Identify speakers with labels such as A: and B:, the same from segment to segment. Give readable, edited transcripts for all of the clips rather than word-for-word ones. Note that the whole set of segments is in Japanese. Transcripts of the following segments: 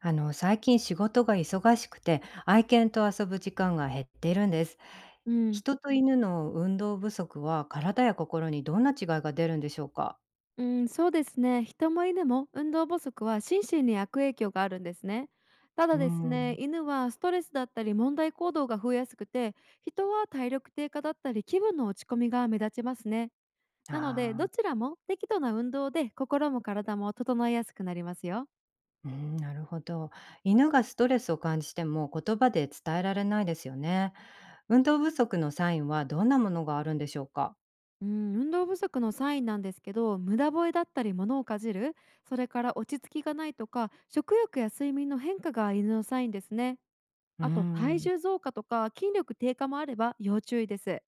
A: 最近仕事が忙しくて、愛犬と遊ぶ時間が減っているんです。
B: うん、
A: 人と犬の運動不足は体や心にどんな違いが出るんでしょうか？
B: うん、そうですね。人も犬も運動不足は心身に悪影響があるんですね。ただ
A: う
B: ですね、
A: ん。
B: 犬はストレスだったり問題行動が増えやすくて、人は体力低下だったり気分の落ち込みが目立ちますね。なので、
A: あ
B: ど
A: あ、
B: ちらも適度な運動で心も体も整えやすくなりますよ。
A: うん、なるほど。犬がストレスを感じても言葉で伝えられないですよね。運動不足のサインはどんなものがあるんでしょうか？
B: うん、運動不足のサインなんですけど、無駄吠えだったり物をかじる、それから落ち着きがないとか、食欲や睡眠の変化が犬のサインですね。
A: う
B: あと体
A: ん。
B: 重増加とか筋力低下もあれば要注意です。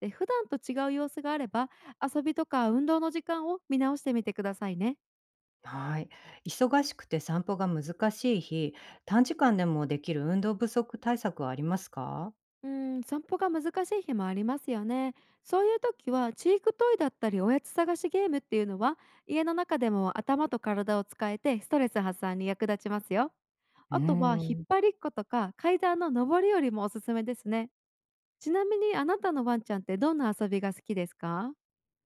B: で、普段と違う様子があれば遊びとか運動の時間を見直してみてくださいね。
A: はい。忙しくて散歩が難しい日、短時間でもできる運動不足対策はありますか？
B: うん、散歩が難しい日もありますよね。そういう時はチークトイだったりおやつ探しゲームっていうのは家の中でも頭と体を使えてストレス発散に役立ちますよ。
A: う
B: あとは引っ
A: ん。
B: 張りっことか階段の上りよりもおすすめですね。ちなみに、あなたのワンちゃんってどんな遊びが好きですか？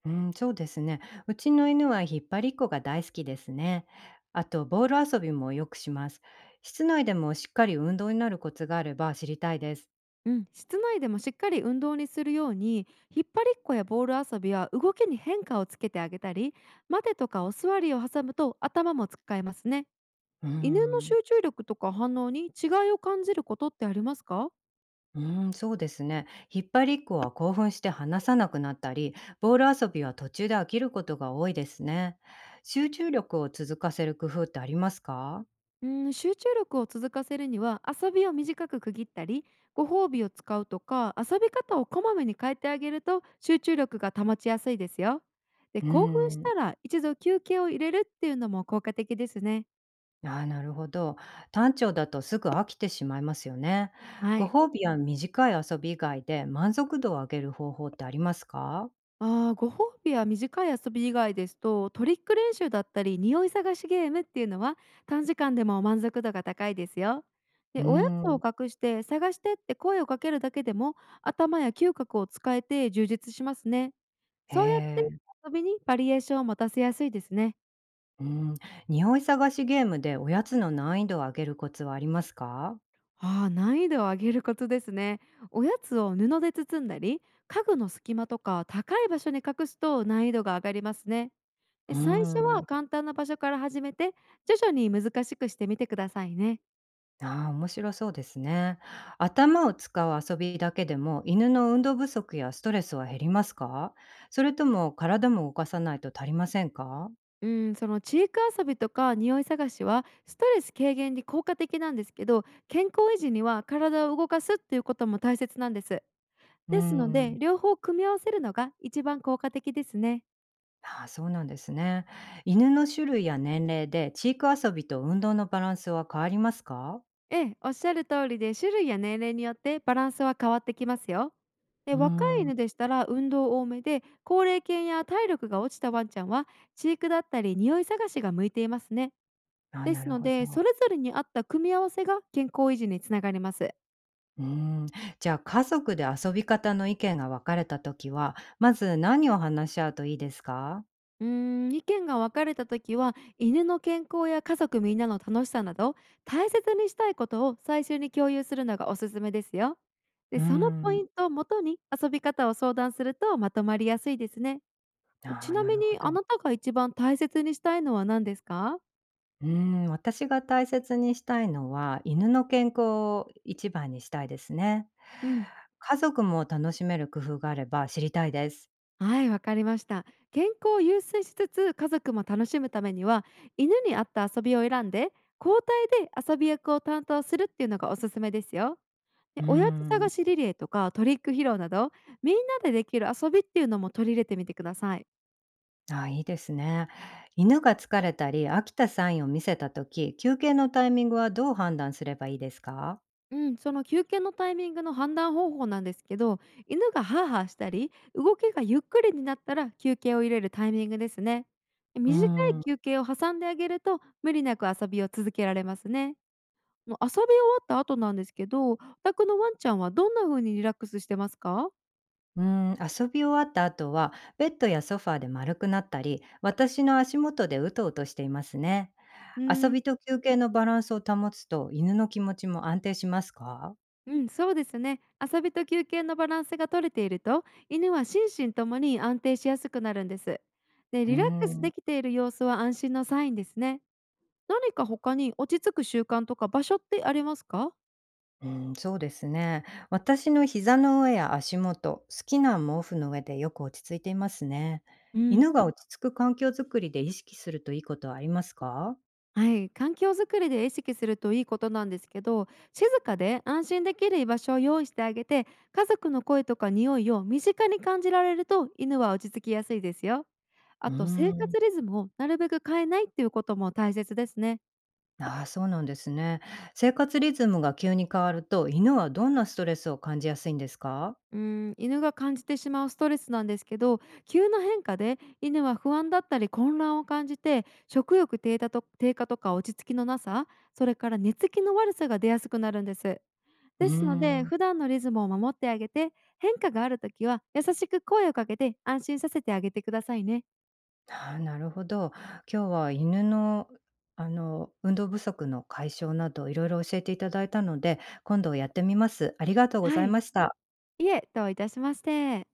A: うん、そうですね。うちの犬は引っ張りっこが大好きですね。あと、ボール遊びもよくします。室内でもしっかり運動になるコツがあれば知りたいです。
B: うん、室内でもしっかり運動にするように引っ張りっこやボール遊びは動きに変化をつけてあげたり、待てとかお座りを挟むと頭も使えますね。
A: うー
B: 犬の
A: ん。
B: 集中力とか反応に違いを感じることってありますか？
A: うーん、そうですね。引っ張りっこは興奮して離さなくなったり、ボール遊びは途中で飽きることが多いですね。集中力を続かせる工夫ってありますか？
B: うん、集中力を続かせるには遊びを短く区切ったり、ご褒美を使うとか遊び方をこまめに変えてあげると集中力が保ちやすいですよ。で、
A: うー
B: 興奮し
A: ん。
B: たら一度休憩を入れるっていうのも効果的ですね。
A: ああ、なるほど。単調だとすぐ飽きてしまいますよね。
B: は
A: ご
B: い。
A: 褒美や短い遊び以外で満足度を上げる方法ってありますか？
B: ああ、ご褒美や短い遊び以外ですとトリック練習だったり匂い探しゲームっていうのは短時間でも満足度が高いですよ。
A: う
B: で、
A: ー
B: おやつ
A: ん。
B: を隠して探してって声をかけるだけでも頭や嗅覚を使えて充実しますね。
A: へ
B: そうやって
A: え。
B: 遊びにバリエーションを持たせやすいですね。
A: うーん。匂い探しゲームでおやつの難易度を上げるコツはありますか？
B: ああ、難易度を上げることですね。おやつを布で包んだり家具の隙間とか高い場所に隠すと難易度が上がりますね。
A: う
B: で、
A: ー
B: 最初は
A: ん。
B: 簡単な場所から始めて、徐々に難しくしてみてくださいね。
A: ああ、面白そうですね。頭を使う遊びだけでも犬の運動不足やストレスは減りますか？それとも体も動かさないと足りませんか？
B: うん、その地域遊びとか匂い探しはストレス軽減に効果的なんですけど、健康維持には体を動かすっていうことも大切なんです。
A: うー
B: ですの
A: ん。
B: で、両方組み合わせるのが一番効果的ですね。
A: ああ、そうなんですね。犬の種類や年齢で、地域遊びと運動のバランスは変わりますか？
B: ええ、おっしゃる通りで種類や年齢によってバランスは変わってきますよ。で、
A: うー
B: 若い
A: ん、
B: 犬でしたら運動多めで、高齢犬や体力が落ちたワンちゃんは飼育だったり匂い探しが向いていますね。
A: あ、
B: で
A: な
B: す
A: る
B: の
A: ほ
B: で、そ
A: ど。
B: れぞれに合った組み合わせが健康維持につながります。
A: うーん。じゃあ、家族で遊び方の意見が分かれたときは、まず何を話し合うといいですか？
B: うーん、意見が分かれた時は、犬の健康や家族みんなの楽しさなど、大切にしたいことを最終に共有するのがおすすめですよ。
A: う
B: で、
A: ー
B: そのポイ
A: ん、
B: ントをもとに遊び方を相談するとまとまりやすいですね。
A: あ
B: ち
A: あ、
B: な
A: な
B: み
A: るほ
B: に、あ
A: ど。
B: なたが一番大切にしたいのは何ですか？
A: うーん、私が大切にしたいのは、犬の健康を一番にしたいですね。
B: うん。
A: 家族も楽しめる工夫があれば知りたいです。
B: はい、わかりました。健康を優先しつつ家族も楽しむためには犬に合った遊びを選んで交代で遊び役を担当するっていうのがおすすめですよ。
A: う
B: で、
A: ー
B: おやつ
A: ん。
B: 探しリレーとかトリック披露などみんなでできる遊びっていうのも取り入れてみてください。
A: ああ、いいですね。犬が疲れたり、飽きたサインを見せた時、休憩のタイミングはどう判断すればいいですか？
B: うん、その休憩のタイミングの判断方法なんですけど、犬がハーハーしたり動きがゆっくりになったら休憩を入れるタイミングですね。
A: うー
B: 短い
A: ん。
B: 休憩を挟んであげると無理なく遊びを続けられますね。も遊び終わった後なんですけど、お宅のワンちゃんはどんな風にリラックスしてますか？
A: うーん、遊び終わった後は、ベッドやソファーで丸くなったり、私の足元でうとうとしていますね。
B: うー
A: 遊
B: ん、
A: びと休憩のバランスを保つと、犬の気持ちも安定しますか？
B: うん、そうですね。遊びと休憩のバランスが取れていると、犬は心身ともに安定しやすくなるんです。で、
A: うー
B: リラックス
A: ん。
B: できている様子は安心のサインですね。何か他に落ち着く習慣とか場所ってありますか？
A: うん、そうですね。私の膝の上や足元、好きな毛布の上でよく落ち着いていますね。
B: うん。
A: 犬が落ち着く環境づくりで意識するといいことはありますか？
B: はい、環境づくりで意識するといいことなんですけど、静かで安心できる居場所を用意してあげて、家族の声とか匂いを身近に感じられると犬は落ち着きやすいですよ。あ
A: う
B: と、
A: ー
B: 生活
A: ん。
B: リズムをなるべく変えないっていうことも大切ですね。
A: ああ、そうなんですね。生活リズムが急に変わると、犬はどんなストレスを感じやすいんですか？
B: うん、犬が感じてしまうストレスなんですけど、急な変化で犬は不安だったり混乱を感じて食欲低下とか落ち着きのなさ、それから寝つきの悪さが出やすくなるんです。
A: うー
B: ですので、
A: ん。
B: 普段のリズムを守ってあげて、変化があるときは優しく声をかけて安心させてあげてくださいね。
A: ああ、なるほど。今日は犬の運動不足の解消などいろいろ教えていただいたので、今度やってみます。ありがとうご
B: は
A: ざい
B: い、
A: ました。
B: いえ、どういたしまして。